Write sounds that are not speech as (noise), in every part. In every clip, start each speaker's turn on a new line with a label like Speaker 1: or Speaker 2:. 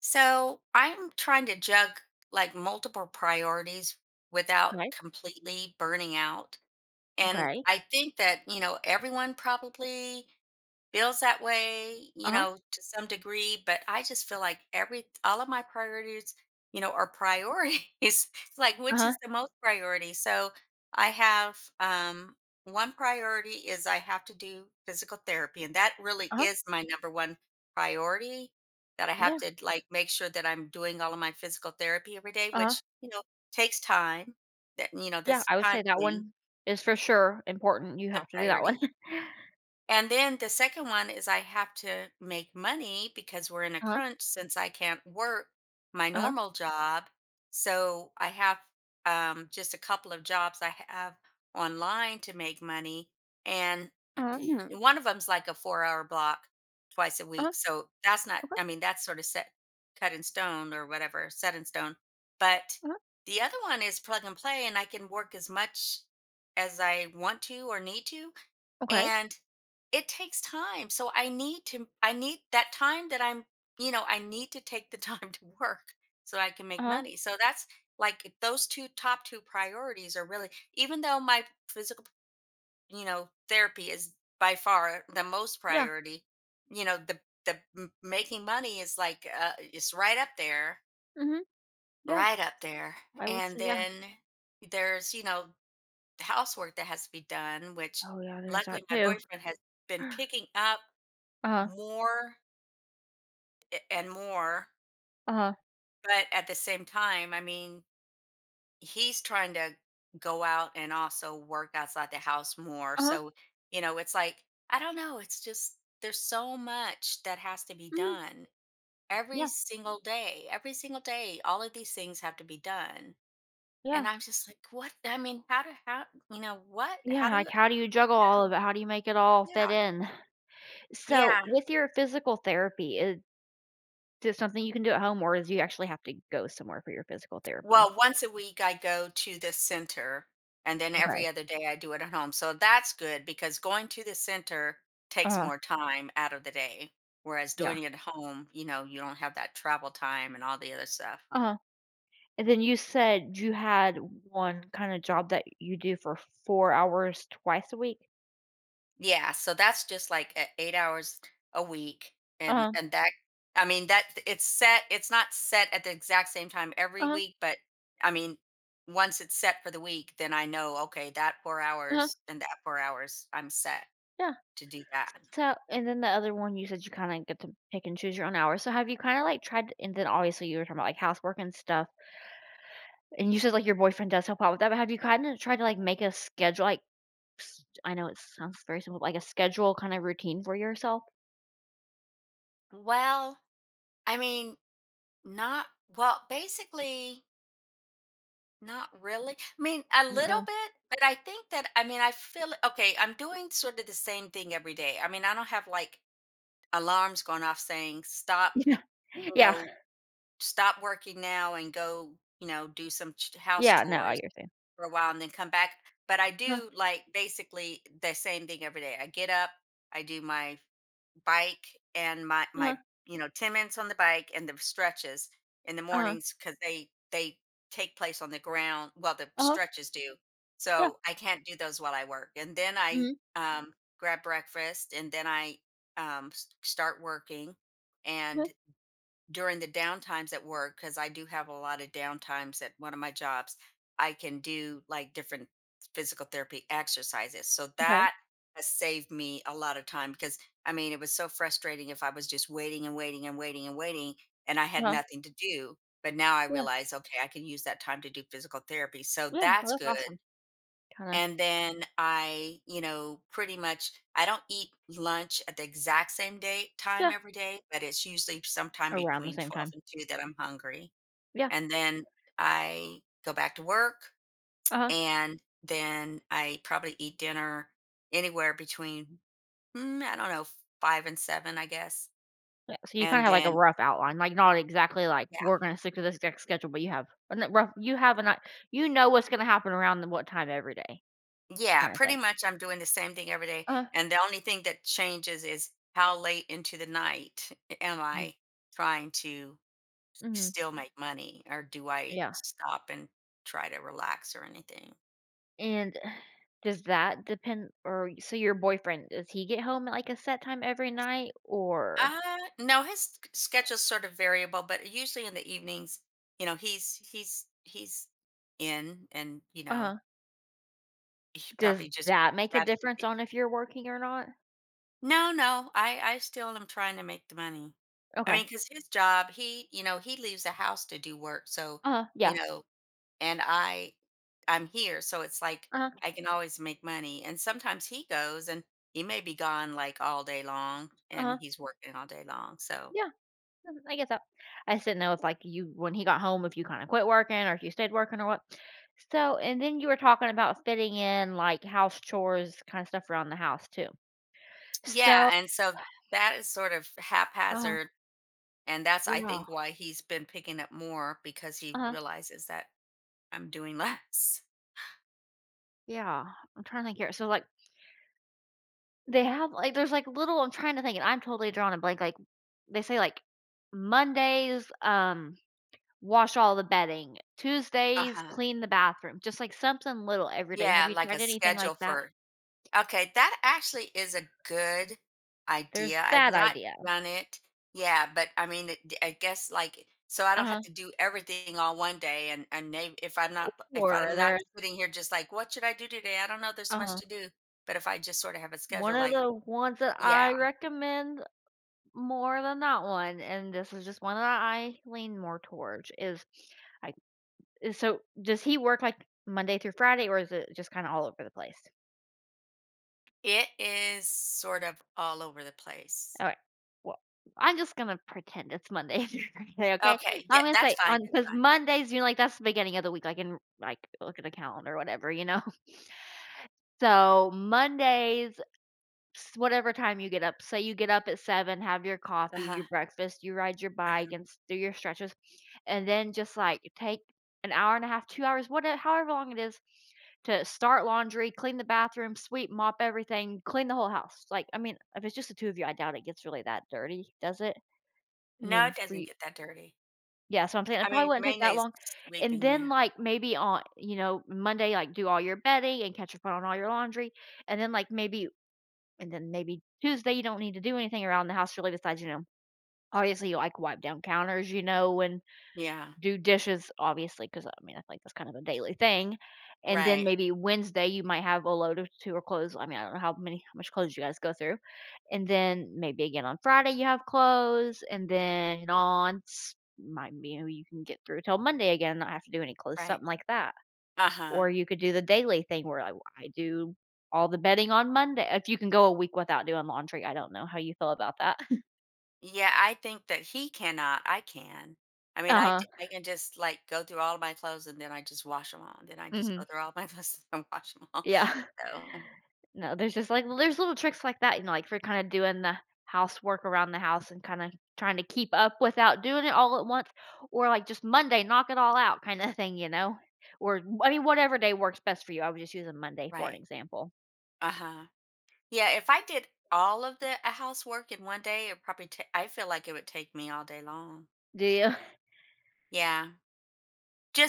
Speaker 1: So I'm trying to jug like multiple priorities without
Speaker 2: Okay,
Speaker 1: completely burning out. And
Speaker 2: okay.
Speaker 1: I think that, everyone probably feels that way,
Speaker 2: Uh-huh,
Speaker 1: to some degree, but I just feel like every all of my priorities, are priorities. (laughs) It's like which
Speaker 2: uh-huh,
Speaker 1: is the most priority. So I have one priority is I have to do physical therapy, and that really
Speaker 2: uh-huh.
Speaker 1: is my number one priority, that I
Speaker 2: Yeah,
Speaker 1: have to like make sure that I'm doing all of my physical therapy every day,
Speaker 2: uh-huh.
Speaker 1: which, takes time. That you know,
Speaker 2: Yeah,
Speaker 1: that's
Speaker 2: I would
Speaker 1: a time
Speaker 2: say that
Speaker 1: thing,
Speaker 2: one is for sure important, you
Speaker 1: the
Speaker 2: have to do that one.
Speaker 1: priority.
Speaker 2: (laughs)
Speaker 1: And then the second one is I have to make money because we're in a
Speaker 2: Uh-huh,
Speaker 1: crunch since I can't work my
Speaker 2: uh-huh,
Speaker 1: normal job. So I have just a couple of jobs I have online to make money. And (clears throat)
Speaker 2: uh-huh,
Speaker 1: one of them's like a 4-hour block twice a
Speaker 2: uh-huh,
Speaker 1: week. So that's not,
Speaker 2: okay,
Speaker 1: I mean, that's sort of set, cut in stone or whatever, set in stone. But
Speaker 2: uh-huh,
Speaker 1: the other one is plug and play, and I can work as much as I want to or need to.
Speaker 2: okay,
Speaker 1: And it takes time, so I need that time that I'm you know I need to take the time (laughs) to work so I can make
Speaker 2: uh-huh,
Speaker 1: money, so that's like those two top two priorities are really, even though my physical therapy is by far the most
Speaker 2: yeah,
Speaker 1: priority. You know the the m- making money is like, it's right up there,
Speaker 2: mhm, yeah,
Speaker 1: right up there.
Speaker 2: I would
Speaker 1: And
Speaker 2: say yeah.
Speaker 1: then there's, housework that has to be done, which
Speaker 2: Oh, yeah, there's that
Speaker 1: luckily my
Speaker 2: too. (gasps)
Speaker 1: boyfriend has been picking up
Speaker 2: Uh-huh,
Speaker 1: more a and more,
Speaker 2: uh-huh,
Speaker 1: but at the same time, I mean, he's trying to go out and also work outside the house more,
Speaker 2: uh-huh,
Speaker 1: so, it's like I don't know, it's just there's so much that has to be
Speaker 2: mhm,
Speaker 1: done
Speaker 2: yeah,
Speaker 1: every single day, every single day. All of these things have to be done, and
Speaker 2: yeah,
Speaker 1: I'm just like, "What?" I mean, how, what?
Speaker 2: yeah,
Speaker 1: How do
Speaker 2: like,
Speaker 1: I
Speaker 2: how do you juggle all of it?
Speaker 1: don't.
Speaker 2: How do you make it all fit
Speaker 1: Yeah.
Speaker 2: in? (laughs) So,
Speaker 1: Yeah.
Speaker 2: with your physical therapy, is this something you can do at home, or is you actually have to go somewhere for your physical therapy?
Speaker 1: Well, once a week I go to the center, and then
Speaker 2: Okay,
Speaker 1: every other day I do it at home. So that's good, because going to the center takes
Speaker 2: uh-huh,
Speaker 1: more time out of the day. Whereas
Speaker 2: yeah,
Speaker 1: doing it at home, you don't have that travel time and all the other stuff.
Speaker 2: uh-huh. And then you said you had one kinda job that you do for 4 hours twice a week?
Speaker 1: Yeah. So that's just like 8 hours a week. And,
Speaker 2: Uh-huh,
Speaker 1: and I mean, that it's set, it's not set at the exact same time every
Speaker 2: uh-huh,
Speaker 1: week, but I mean, once it's set for the week, then I know, okay, that four
Speaker 2: uh-huh,
Speaker 1: hours and that 4 hours, I'm set
Speaker 2: yeah.
Speaker 1: to do that.
Speaker 2: So and then the other one you said you kinda get to pick and choose your own hours. So have you kinda, like, tried To, and then obviously you were talking about, like, housework and stuff, and you said, like, your boyfriend does help out with that, but have you kinda tried to, like, make a schedule, like, s I know it sounds very simple, like a schedule kinda routine for yourself?
Speaker 1: Well, I mean, not, well, basically, not really. I mean, a
Speaker 2: Not
Speaker 1: little
Speaker 2: really. (laughs)
Speaker 1: bit, but I think that I mean, I feel okay. I'm doing sort of the same thing every day. I mean, I don't have like alarms going off saying stop,
Speaker 2: Yeah.
Speaker 1: you
Speaker 2: Yeah.
Speaker 1: know, stop working now, and go, do some house
Speaker 2: Yeah, no, I
Speaker 1: chores
Speaker 2: get you're saying.
Speaker 1: for a while and then come back. But I
Speaker 2: Uh-huh,
Speaker 1: do like basically the same thing every day. I get up, I do my bike and my
Speaker 2: uh-huh,
Speaker 1: my you know 10 minutes on the bike and the stretches in the
Speaker 2: uh-huh,
Speaker 1: mornings, because they take place on the ground, well, the
Speaker 2: uh-huh,
Speaker 1: stretches do,
Speaker 2: yeah.
Speaker 1: so I can't do those while I work. And then I
Speaker 2: Mhm,
Speaker 1: um, grab breakfast, and then I start working.
Speaker 2: mhm,
Speaker 1: And during the downtimes at work, because I do have a lot of downtimes at one of my jobs, I can do like different physical therapy exercises. So
Speaker 2: okay,
Speaker 1: that has saved me a lot of time, because I mean, it was so frustrating if I was just waiting and waiting and waiting and waiting and I had
Speaker 2: uh-huh.
Speaker 1: nothing to do. But now I
Speaker 2: Yeah,
Speaker 1: realize, okay, I can use that time to do physical therapy. So
Speaker 2: yeah, well,
Speaker 1: that's
Speaker 2: that's
Speaker 1: good.
Speaker 2: awesome, kinda
Speaker 1: And then I, pretty much I don't eat lunch at the exact same day time
Speaker 2: yeah,
Speaker 1: every day, but it's usually sometime
Speaker 2: around the
Speaker 1: between
Speaker 2: same
Speaker 1: 12
Speaker 2: time.
Speaker 1: and 2 that I'm hungry.
Speaker 2: Yeah,
Speaker 1: And then I go back to work,
Speaker 2: uh-huh,
Speaker 1: and then I probably eat dinner anywhere between, I don't know, 5 and 7, I guess.
Speaker 2: yeah, so you kinda
Speaker 1: And
Speaker 2: have, like, a
Speaker 1: then,
Speaker 2: rough outline, like, not exactly, like,
Speaker 1: yeah,
Speaker 2: "We're gonna stick to this exact schedule," but you have a I you know what's gonna happen around the what time every day
Speaker 1: yeah,
Speaker 2: kinda
Speaker 1: pretty
Speaker 2: thing.
Speaker 1: much I'm doing the same thing every day.
Speaker 2: Uh-huh.
Speaker 1: And the only thing that changes is how late into the night am
Speaker 2: Mhm,
Speaker 1: I trying to
Speaker 2: mhm,
Speaker 1: still make money, or do I
Speaker 2: yeah,
Speaker 1: stop and try to relax or anything?
Speaker 2: and (sighs) does that depend or so your boyfriend, does he get home at, like, a set time every night or
Speaker 1: Uh no, his schedule's sort of variable, but usually in the evenings, he's in, and,
Speaker 2: uh-huh,
Speaker 1: he
Speaker 2: does
Speaker 1: probably just
Speaker 2: that make a
Speaker 1: grabs
Speaker 2: difference
Speaker 1: something.
Speaker 2: on if you're working or not?
Speaker 1: No, no, I still am trying to make the money. I
Speaker 2: Okay.
Speaker 1: mean, because his job, he leaves the house to do work, so,
Speaker 2: Uh-huh, yeah,
Speaker 1: you know, and I'm here, so it's like
Speaker 2: uh-huh,
Speaker 1: I can always make money. And sometimes he goes and he may be gone like all day long, and
Speaker 2: uh-huh,
Speaker 1: he's working all day long. So,
Speaker 2: yeah. Mm, I guess so. I just didn't know if like you when he got home if you kinda quit working or if you stayed working or what. So and then you were talking about fitting in like house chores kinda stuff around the house too.
Speaker 1: yeah,
Speaker 2: So
Speaker 1: and so that is sort of
Speaker 2: Oh,
Speaker 1: haphazard, and that's I
Speaker 2: yeah.
Speaker 1: think why he's been picking up more, because he
Speaker 2: uh
Speaker 1: realizes that I'm doing (laughs) less.
Speaker 2: Yeah. I'm trying to think here. So like they have like there's like little I'm trying to think and I'm totally drawing a blank. Like they say like Mondays, wash all the bedding. Tuesdays,
Speaker 1: Uh-huh.
Speaker 2: clean the bathroom. Just like something little every day. Have
Speaker 1: Yeah,
Speaker 2: you
Speaker 1: like
Speaker 2: tried
Speaker 1: a
Speaker 2: anything like
Speaker 1: schedule
Speaker 2: that?
Speaker 1: for. Okay, that actually is a good
Speaker 2: There's
Speaker 1: idea. I've
Speaker 2: that
Speaker 1: not
Speaker 2: idea.
Speaker 1: done it. Yeah, but I mean, I guess like, so I don't have
Speaker 2: Uh-huh.
Speaker 1: to do everything all one day, and maybe if
Speaker 2: Or
Speaker 1: I'm not
Speaker 2: there
Speaker 1: sitting here just like, what should I do today? I don't know, there's so much
Speaker 2: Uh-huh.
Speaker 1: to do. But if I just sort of have a
Speaker 2: One
Speaker 1: schedule
Speaker 2: of
Speaker 1: like.
Speaker 2: the ones that
Speaker 1: Yeah,
Speaker 2: I recommend more than that one, and this is just one that I lean more towards, is I is so does he work like Monday through Friday or is it just kinda all over the place?
Speaker 1: it is sort of all over the place.
Speaker 2: Alright. Well, I'm just gonna pretend it's Monday (laughs) through Friday, okay?
Speaker 1: Okay, yeah,
Speaker 2: I'm gonna
Speaker 1: that's
Speaker 2: say
Speaker 1: fine.
Speaker 2: on
Speaker 1: That's
Speaker 2: because
Speaker 1: fine.
Speaker 2: Mondays, you know, like, that's the beginning of the week, like, in like, look at the calendar, whatever, you know? (laughs) So, Mondays whatever time you get up. Say you get up at 7, have your coffee,
Speaker 1: Uh-huh.
Speaker 2: your breakfast, you ride your bike
Speaker 1: Uh-huh.
Speaker 2: and do your stretches, and then just like take an hour and a half, 2 hours, whatever, however long it is, to start laundry, clean the bathroom, sweep, mop everything, clean the whole house. Like, I mean, if it's just the two of you, I doubt it gets really that dirty, does it? I
Speaker 1: No, it
Speaker 2: mean, for
Speaker 1: doesn't
Speaker 2: you,
Speaker 1: get that dirty.
Speaker 2: yeah, so I'm saying it
Speaker 1: I
Speaker 2: probably
Speaker 1: mean,
Speaker 2: wouldn't take that
Speaker 1: mainly it's
Speaker 2: long. And
Speaker 1: sleeping,
Speaker 2: then,
Speaker 1: yeah.
Speaker 2: like, maybe on, you know, Monday, like, do all your bedding and catch up on all your laundry. And then, like, maybe and then maybe Tuesday, you don't need to do anything around the house really besides, you know, obviously you like wipe down counters, you know, and
Speaker 1: Yeah.
Speaker 2: do dishes, obviously, because I mean, I think that's kind of a daily thing. And then
Speaker 1: Right.
Speaker 2: maybe Wednesday, you might have a load of two or clothes. I mean, I don't know how many, how much clothes you guys go through. And then maybe again on Friday, you have clothes. And then on might be you can get through till Monday again, and not have to do any clothes,
Speaker 1: Right.
Speaker 2: something like that.
Speaker 1: Uh-huh.
Speaker 2: Or you could do the daily thing where I do all the bedding on Monday if you can go a week without doing laundry, I don't know how you feel about that. (laughs)
Speaker 1: Yeah, I think that he cannot, I can. I mean,
Speaker 2: Uh-huh.
Speaker 1: I can just like go through all of my clothes, and then I just wash them all. Then I just
Speaker 2: Mhm.
Speaker 1: go through all my (laughs) clothes and wash them all.
Speaker 2: Yeah. (laughs)
Speaker 1: So,
Speaker 2: No, there's just, like there's little tricks like that, you know, like for kinda doing the housework around the house and kinda trying to keep up without doing it all at once, or, like, just Monday, knock it all out kinda thing, you know? Or, I mean, whatever day works best for you. I was just using Monday for an
Speaker 1: right.
Speaker 2: example.
Speaker 1: Uh huh. Yeah, if I did all of the housework in one day, it probably, I feel like it would take me all day long.
Speaker 2: Do you? (laughs)
Speaker 1: Yeah.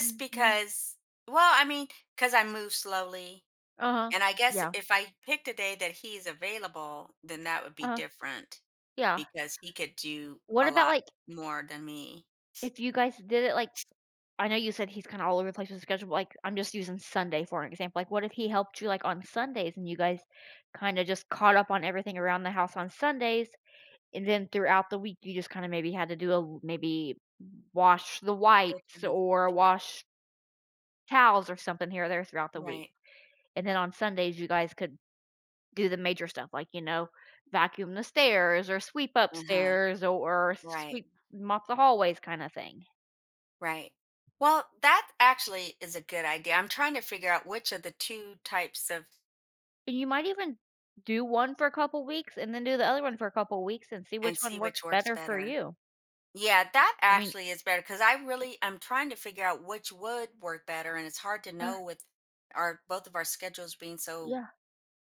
Speaker 2: Mm, well
Speaker 1: because, well, I mean, because I move slowly.
Speaker 2: Uh-huh.
Speaker 1: And I guess
Speaker 2: Yeah.
Speaker 1: if I picked a day that he's available, then that would be
Speaker 2: Uh-huh.
Speaker 1: different
Speaker 2: Yeah.
Speaker 1: because he could do
Speaker 2: What
Speaker 1: a
Speaker 2: about,
Speaker 1: lot
Speaker 2: like
Speaker 1: more than me.
Speaker 2: If you guys did it, like I know you said he's kinda all over the place with the schedule, but, like, I'm just using Sunday for an example, like, what if he helped you, like, on Sundays and you guys kinda just caught up on everything around the house on Sundays, and then throughout the week, you just kinda maybe had to do a l maybe wash the whites
Speaker 1: Kitchen is,
Speaker 2: or
Speaker 1: yeah,
Speaker 2: wash towels or something here or there throughout the week,
Speaker 1: right.
Speaker 2: and then on Sundays, you guys could do the major stuff, like, you know, vacuum the stairs or sweep
Speaker 1: Uh-huh.
Speaker 2: upstairs or
Speaker 1: Right,
Speaker 2: sweep mop the hallways kinda thing.
Speaker 1: right. Well, that actually is a good idea. I'm trying to figure out which of the 2 types of.
Speaker 2: And you might even do one for a couple weeks and then do the other one for a couple weeks and see
Speaker 1: And
Speaker 2: which one
Speaker 1: see which
Speaker 2: works
Speaker 1: works
Speaker 2: better for
Speaker 1: better.
Speaker 2: you.
Speaker 1: Yeah, that
Speaker 2: I mean
Speaker 1: actually is better, because I'm trying to figure out which would work better, and it's hard to
Speaker 2: Uh,
Speaker 1: know with our both of our schedules being so
Speaker 2: yeah.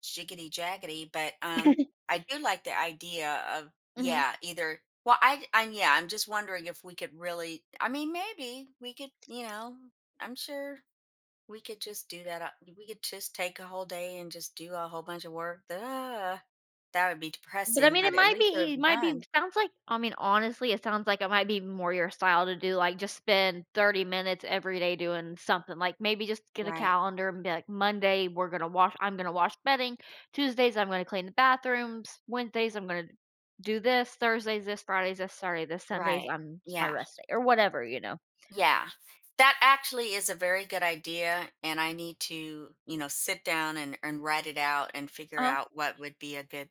Speaker 1: jiggity jaggedy, but
Speaker 2: (laughs)
Speaker 1: I do like the idea of,
Speaker 2: Mhm.
Speaker 1: yeah, either. Well, I yeah, I'm just wondering if we could, really. I mean, maybe we could. You know, I'm sure we could just do that. We could just take a whole day and just do a whole bunch of work. Duh. That would be
Speaker 2: But, I
Speaker 1: depressing,
Speaker 2: mean, it
Speaker 1: but at
Speaker 2: might be
Speaker 1: least it
Speaker 2: e,
Speaker 1: would
Speaker 2: it
Speaker 1: be
Speaker 2: might be
Speaker 1: done.
Speaker 2: sounds like I mean, honestly, it sounds like it might be more your style to do, like, just spend 30 minutes every day doing something, like, maybe just get a
Speaker 1: Right.
Speaker 2: calendar and be like, "Monday, we're gonna wash I'm gonna wash bedding. Tuesdays, I'm gonna clean the bathrooms. Wednesdays, I'm gonna do this. Thursdays, this. Fridays, this. Saturday, this. Sundays,
Speaker 1: Right.
Speaker 2: I'm it's my
Speaker 1: Yeah.
Speaker 2: rest day," or whatever, you know?
Speaker 1: Yeah. That actually is a very good idea. And I need to, sit down, and write it out and figure out what would be a good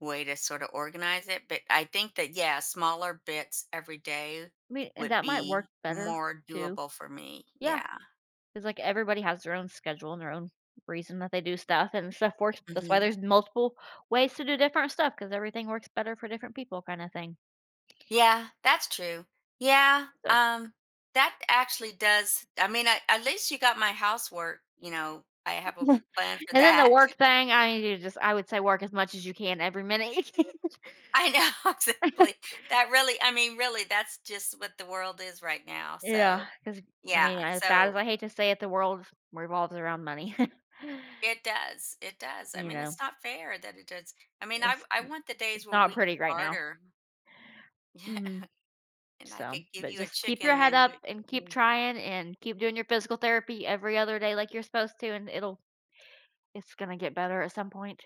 Speaker 1: way to sort of organize it. But I think that, yeah, smaller bits every day
Speaker 2: I mean, and
Speaker 1: would
Speaker 2: that might work
Speaker 1: be
Speaker 2: better
Speaker 1: more
Speaker 2: too.
Speaker 1: doable for me.
Speaker 2: Yeah,
Speaker 1: Yeah.
Speaker 2: because like, everybody has their own schedule and their own reason that they do stuff, and stuff works that's why
Speaker 1: Hmm.
Speaker 2: there's multiple ways to do different stuff because everything works better for different people kinda thing,
Speaker 1: Yeah, that's true. Yeah.
Speaker 2: so
Speaker 1: That actually does. I mean, at least you got my housework. You know, I have
Speaker 2: (laughs)
Speaker 1: a
Speaker 2: and
Speaker 1: plan for
Speaker 2: then the
Speaker 1: that.
Speaker 2: work thing, I mean, you just I would say work as much as you can every minute you can. (laughs)
Speaker 1: (laughs) I know (laughs) exactly. That really, I mean, really, that's just what the world is right now.
Speaker 2: Yeah,
Speaker 1: So,
Speaker 2: 'cause, I
Speaker 1: yeah.
Speaker 2: mean, as bad as
Speaker 1: So,
Speaker 2: I hate to say it, the world revolves around money. (laughs)
Speaker 1: it does, it does. I
Speaker 2: You
Speaker 1: mean,
Speaker 2: know,
Speaker 1: it's not fair that it does. I mean, I
Speaker 2: it's
Speaker 1: I want the
Speaker 2: it's
Speaker 1: days where
Speaker 2: not
Speaker 1: we
Speaker 2: pretty
Speaker 1: could
Speaker 2: right now.
Speaker 1: barter. (laughs) Yeah,
Speaker 2: Mhm.
Speaker 1: and I
Speaker 2: So,
Speaker 1: could give
Speaker 2: but
Speaker 1: you a
Speaker 2: just keep your
Speaker 1: chicken
Speaker 2: head
Speaker 1: and
Speaker 2: up
Speaker 1: you
Speaker 2: and
Speaker 1: give
Speaker 2: keep
Speaker 1: me.
Speaker 2: trying and keep doing your physical therapy every other day like you're supposed to, and it'll it's gonna get better at some point.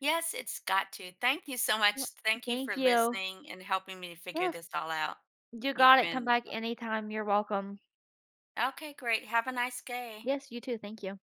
Speaker 1: Yes, it's got to. Thank you so
Speaker 2: Yep.
Speaker 1: much. Thank you
Speaker 2: Thank
Speaker 1: for
Speaker 2: you.
Speaker 1: listening and helping me to figure
Speaker 2: Yes,
Speaker 1: this all out.
Speaker 2: you
Speaker 1: You've
Speaker 2: got it. Come
Speaker 1: been.
Speaker 2: back anytime. You're welcome.
Speaker 1: Okay, great. Have a nice day.
Speaker 2: Yes, you too. Thank you.